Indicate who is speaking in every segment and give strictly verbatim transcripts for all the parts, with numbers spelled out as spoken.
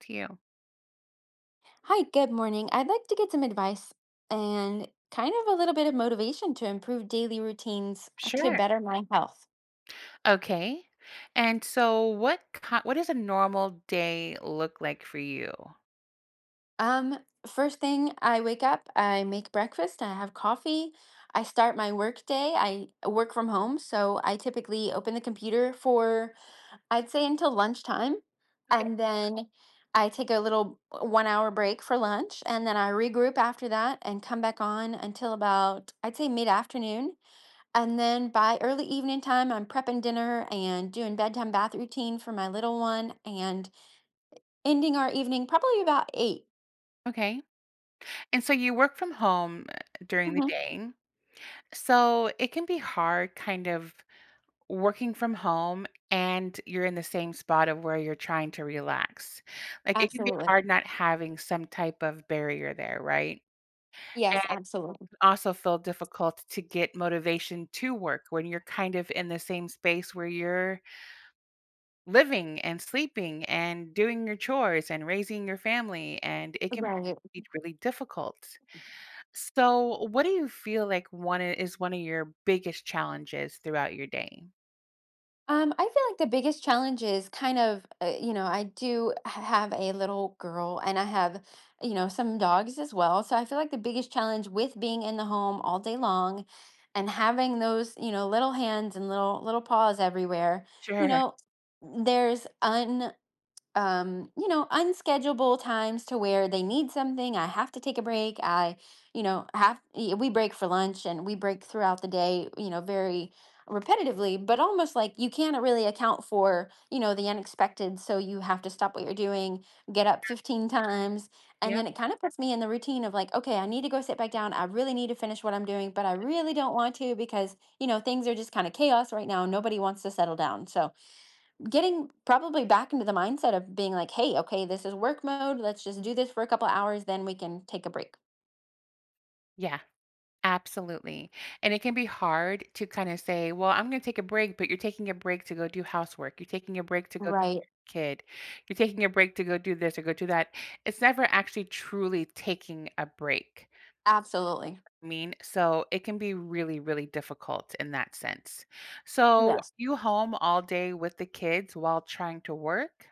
Speaker 1: To you.
Speaker 2: Hi, good morning. I'd like to get some advice and kind of a little bit of motivation to improve daily routines to
Speaker 1: Sure.
Speaker 2: better my health.
Speaker 1: Okay. And so what ki what does a normal day look like for you?
Speaker 2: Um, First thing, I wake up, I make breakfast, I have coffee, I start my work day. I work from home, so I typically open the computer for I'd say until lunchtime, and then I take a little uh, one hour break for lunch, and then I regroup after that and come back on until about I'd say mid afternoon. And then by early evening time, I'm prepping dinner and doing bedtime bath routine for my little one and ending our evening probably about eight.
Speaker 1: Okay. And so you work from home uh, during the
Speaker 2: Mhm.
Speaker 1: day. So it can be hard kind of working from home and you're in the same spot of where you're trying to relax. Like it can be
Speaker 2: Absolutely.
Speaker 1: hard not having some type of barrier there, right? And
Speaker 2: Yes, absolutely.
Speaker 1: also feel difficult to get motivation to work when you're kind of in the same space where you're living and sleeping and doing your chores and raising your family and it can
Speaker 2: Right.
Speaker 1: be really difficult. So, what do you feel like one i- is one of your biggest challenges throughout your day?
Speaker 2: Um, I feel like the biggest challenge is kind of, uh, you know, I do h- have a little girl and I have, you know, some dogs as well. So I feel like the biggest challenge with being in the home all day long and having those, you know, little hands and little little paws everywhere, you
Speaker 1: Sure.
Speaker 2: know, there's um, you know, unschedulable times to where they need something. I have to take a break. I, you know, have y- we break for lunch and we break throughout the day, you know, very repetitively, but almost like you can't really account for, you know, the unexpected. So you have to stop what you're doing, get up fifteen times. And
Speaker 1: Yep.
Speaker 2: then it kind of puts me in the routine of like, okay, I need to go sit back down. I really need to finish what I'm doing, but I really don't want to because, you know, things are just kind of chaos right now. Nobody wants to settle down. So, getting probably back into the mindset of being like, hey, okay, this is work mode. Let's just do this for a couple hours, then we can take a break.
Speaker 1: Yeah, absolutely. And it can be hard to kind of say, well, I'm going to take a break, but you're taking a break to go do housework. You're taking a break to go take
Speaker 2: Right.
Speaker 1: care of your kid. You're taking a break to go do this or go do that. It's never actually truly taking a break.
Speaker 2: Absolutely.
Speaker 1: Mean, so it can be really, really difficult in that sense. So,
Speaker 2: Yes.
Speaker 1: you home all day with the kids while trying to work?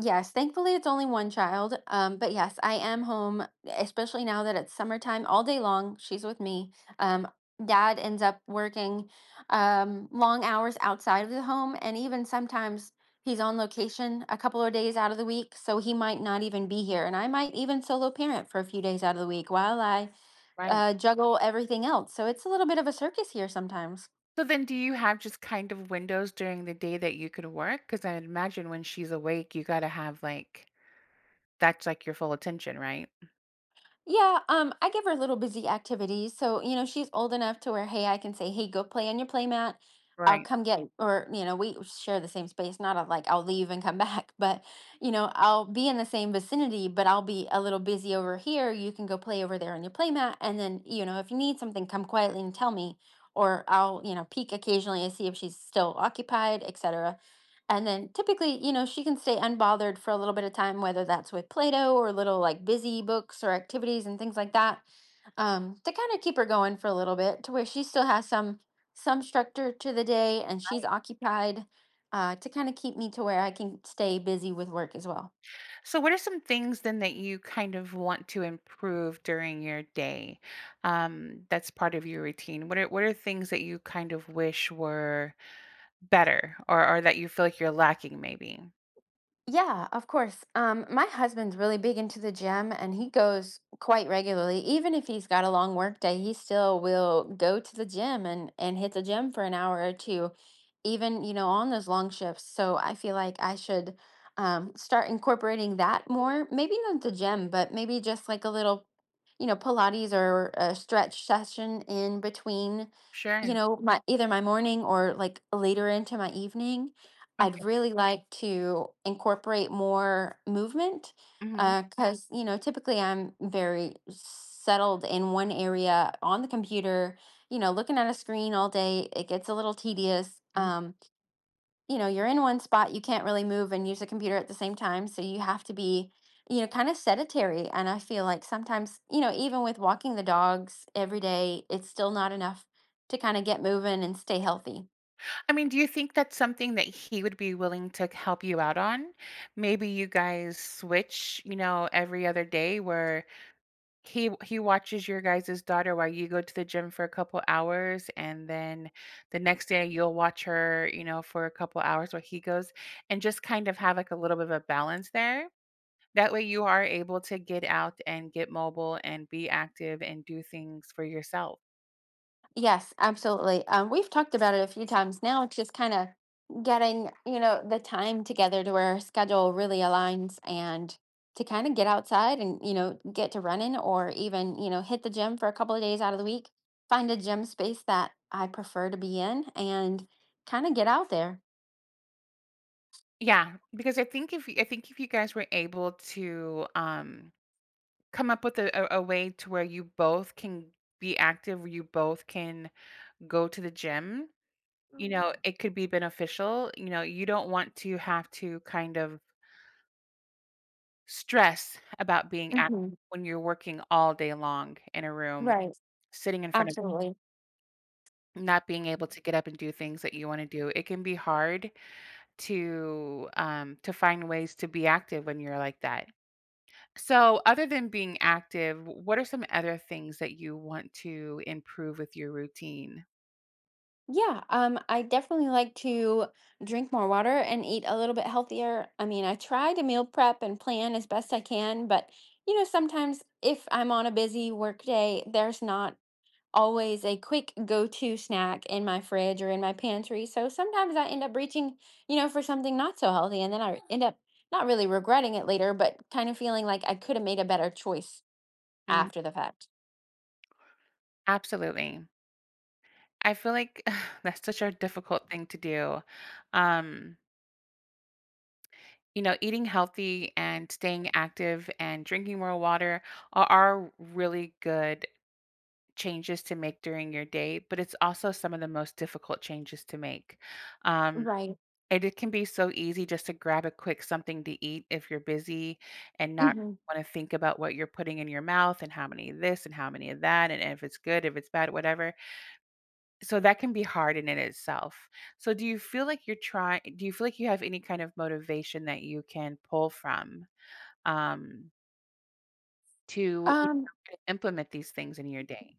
Speaker 2: Yes, thankfully it's only one child. Um, but yes, I am home, especially now that it's summertime, all day long. She's with me. Um, dad ends up working um, long hours outside of the home, and even sometimes he's on location a couple of days out of the week, so he might not even be here. And I might even solo parent for a few days out of the week while I
Speaker 1: Right.
Speaker 2: uh, juggle everything else. So it's a little bit of a circus here sometimes.
Speaker 1: So then do you have just kind of windows during the day that you could work? Because 'Cause imagine when she's awake, you gotta have like that's like your full attention, right?
Speaker 2: Yeah, um, I give her little busy activities. So, you know, she's old enough to where, hey, I can say, hey, go play on your play mat. I'll
Speaker 1: Right.
Speaker 2: come get, or, you know, we share the same space, not a, like I'll leave and come back, but, you know, I'll be in the same vicinity, but I'll be a little busy over here. You can go play over there on your play mat. And then, you know, if you need something, come quietly and tell me, or I'll, you know, peek occasionally to see if she's still occupied, et cetera. And then typically, you know, she can stay unbothered for a little bit of time, whether that's with Play Doh or little like busy books or activities and things like that, um, to kind of keep her going for a little bit to where she still has some some structure to the day and she's occupied uh, to kind of keep me to where I can stay busy with work as well.
Speaker 1: So what are some things then that you kind of want to improve during your day? Um, that's part of your routine. What are what are things that you kind of wish were better, or or that you feel like you're lacking maybe.
Speaker 2: Yeah, of course. Um, my husband's really big into the gym and he goes quite regularly. Even if he's got a long work day, he still will go to the gym and and hit the gym for an hour or two, even, you know, on those long shifts. So I feel like I should um start incorporating that more. Maybe not the gym, but maybe just like a little, you know, Pilates or a stretch session in between, you
Speaker 1: Sure,
Speaker 2: know, my either my morning or like later into my evening. I'd
Speaker 1: okay,
Speaker 2: really like to incorporate more movement
Speaker 1: mhm,
Speaker 2: because, you know, typically I'm very settled in one area on the computer, you know, looking at a screen all day. It gets a little tedious.
Speaker 1: mhm.
Speaker 2: Um, you know, you're in one spot, you can't really move and use the computer at the same time. So you have to be, you know, kind of sedentary. And I feel like sometimes, you know, even with walking the dogs every day, it's still not enough to kind of get moving and stay healthy.
Speaker 1: I mean, do you think that's something that he would be willing to help you out on? Maybe you guys switch, you know, every other day where he he watches your guys' daughter while you go to the gym for a couple hours, and then the next day you'll watch her, you know, for a couple hours while he goes, and just kind of have, like, a little bit of a balance there? That way you are able to get out and get mobile and be active and do things for yourself.
Speaker 2: Yes, absolutely. Um, we've talked about it a few times now. It's just kind of getting, you know, the time together to where our schedule really aligns and to kind of get outside and, you know, get to running or even, you know, hit the gym for a couple of days out of the week, find a gym space that I prefer to be in and kind of get out there.
Speaker 1: Yeah, because I think if y I think if you guys were able to, um, come up with a a a way to where you both can be active, where you both can go to the gym, you
Speaker 2: Mhm.
Speaker 1: know, it could be beneficial. You know, you don't want to have to kind of stress about being active
Speaker 2: Hmm.
Speaker 1: when you're working all day long in a room,
Speaker 2: Right.
Speaker 1: sitting in front of,
Speaker 2: Absolutely.
Speaker 1: not being able to get up and do things that you wanna do. It can be hard to um to find ways to be active when you're like that. So, other than being active, what are some other things that you want to improve with your routine?
Speaker 2: Yeah, um, I definitely like to drink more water and eat a little bit healthier. I mean, I try to meal prep and plan as best I can, but you know, sometimes if I'm on a busy work day, there's not always a quick go-to snack in my fridge or in my pantry. So sometimes I end up reaching, you know, for something not so healthy, and then I end up not really regretting it later, but kind of feeling like I could have made a better choice
Speaker 1: Mm,
Speaker 2: after the fact.
Speaker 1: absolutely. I feel like that's such a difficult thing to do. Um, you know, eating healthy and staying active and drinking more water are, are really good changes to make during your day, but it's also some of the most difficult changes to make. Um,
Speaker 2: Right.
Speaker 1: and it can be so easy just to grab a quick something to eat if you're busy and not
Speaker 2: Hmm.
Speaker 1: want to think about what you're putting in your mouth and how many of this and how many of that and if it's good, if it's bad, whatever. So that can be hard in and itself. So do you feel like you're trying do you feel like you have any kind of motivation that you can pull from, um, to
Speaker 2: Um,
Speaker 1: implement these things in your day?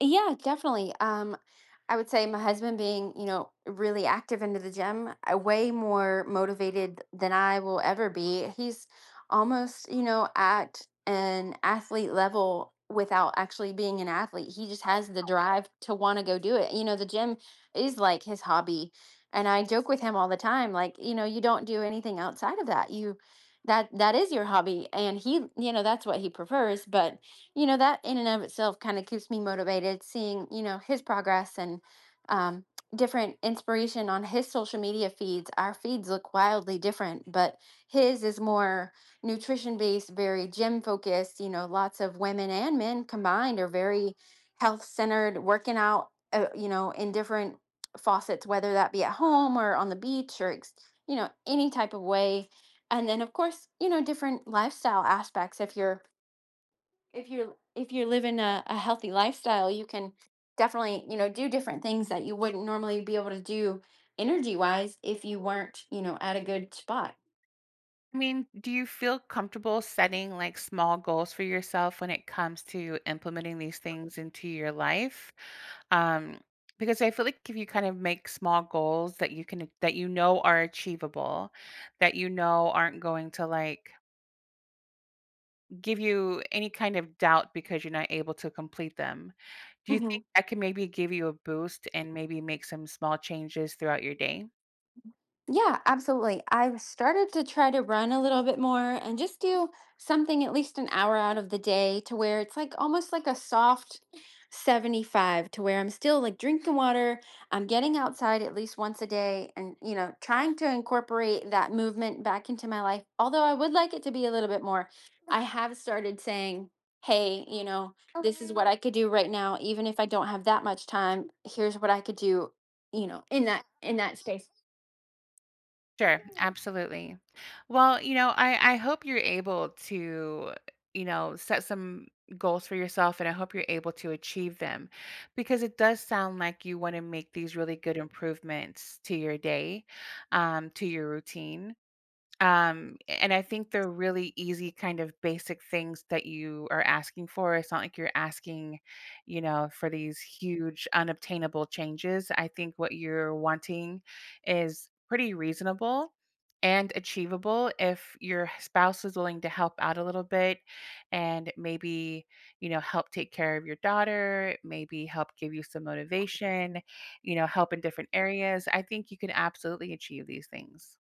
Speaker 2: yeah, definitely. Um, I would say my husband being, you know, really active into the gym, uh, way more motivated than I will ever be. He's almost, you know, at an athlete level without actually being an athlete. He just has the drive to want to go do it. You know, the gym is like his hobby. And I joke with him all the time, like, you know, you don't do anything outside of that. You that that is your hobby. And he, you know, that's what he prefers, but you know that in and of itself kind of keeps me motivated, seeing you know his progress and um, different inspiration on his social media feeds. Our feeds look wildly different, but his is more nutrition based, very gym focused. You know, lots of women and men combined are very health centered, working out uh, you know, in different faucets, whether that be at home or on the beach or ex- you know, any type of way. And then of course, you know, different lifestyle aspects. if you're if you're if you're living a, a healthy lifestyle, you can definitely, you know, do different things that you wouldn't normally be able to do, energy wise, if you weren't, you know, at a good spot.
Speaker 1: I mean, do you feel comfortable setting, like, small goals for yourself when it comes to implementing these things into your life? Um, because I feel like if you kind of make small goals that you can, that you know are achievable, that you know aren't going to, like, give you any kind of doubt because you're not able to complete them. Do you think that can maybe give you a boost and maybe make some small changes throughout your day?
Speaker 2: Yeah, absolutely. I've started to try to run a little bit more and just do something at least an hour out of the day to where it's like almost like a soft seventy-five, to where I'm still like drinking water, I'm getting outside at least once a day and, you know, trying to incorporate that movement back into my life. Although I would like it to be a little bit more. I have started saying, "Hey, you know, this is what I could do right now, even if I don't have that much time. Here's what I could do, you know, in that in that space."
Speaker 1: Sure, absolutely. Well, you know, I I hope you're able to, you know, set some goals for yourself, and I hope you're able to achieve them, because it does sound like you want to make these really good improvements to your day, um, to your routine. Um, and I think they're really easy kind of basic things that you are asking for. It's not like you're asking, you know, for these huge unobtainable changes. I think what you're wanting is pretty reasonable and achievable if your spouse is willing to help out a little bit and maybe, you know, help take care of your daughter, maybe help give you some motivation, you know, help in different areas. I think you can absolutely achieve these things.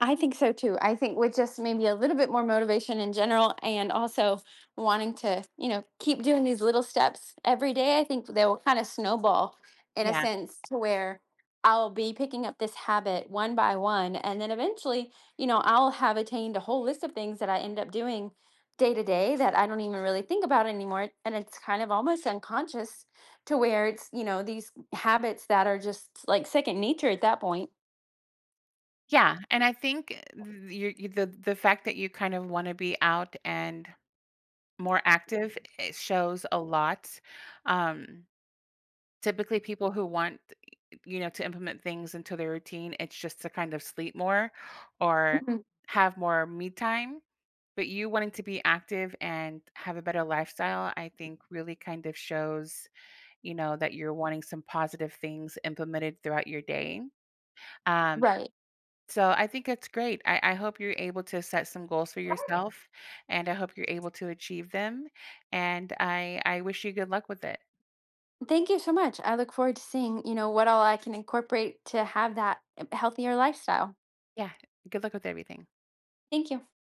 Speaker 2: I think so too. I think with just maybe a little bit more motivation in general and also wanting to, you know, keep doing these little steps every day, I think they will kind of snowball in a
Speaker 1: Yeah.
Speaker 2: sense to where I'll be picking up this habit one by one. And then eventually, you know, I'll have attained a whole list of things that I end up doing day to day that I don't even really think about anymore. And it's kind of almost unconscious to where it's, you know, these habits that are just like second nature at that point.
Speaker 1: Yeah, and I think you you the the fact that you kind of wanna be out and more active, it shows a lot. Um, typically, people who want, you know, to implement things into their routine, it's just to kind of sleep more or
Speaker 2: Mhm.
Speaker 1: have more me time, but you wanting to be active and have a better lifestyle, I think really kind of shows, you know, that you're wanting some positive things implemented throughout your day. Um,
Speaker 2: Right.
Speaker 1: so I think that's great. I, I hope you're able to set some goals for, yeah, yourself, and I hope you're able to achieve them. And I, I wish you good luck with it.
Speaker 2: Thank you so much. I look forward to seeing, you know, what all I can incorporate to have that eh, healthier lifestyle.
Speaker 1: Yeah. Good luck with everything.
Speaker 2: Thank you.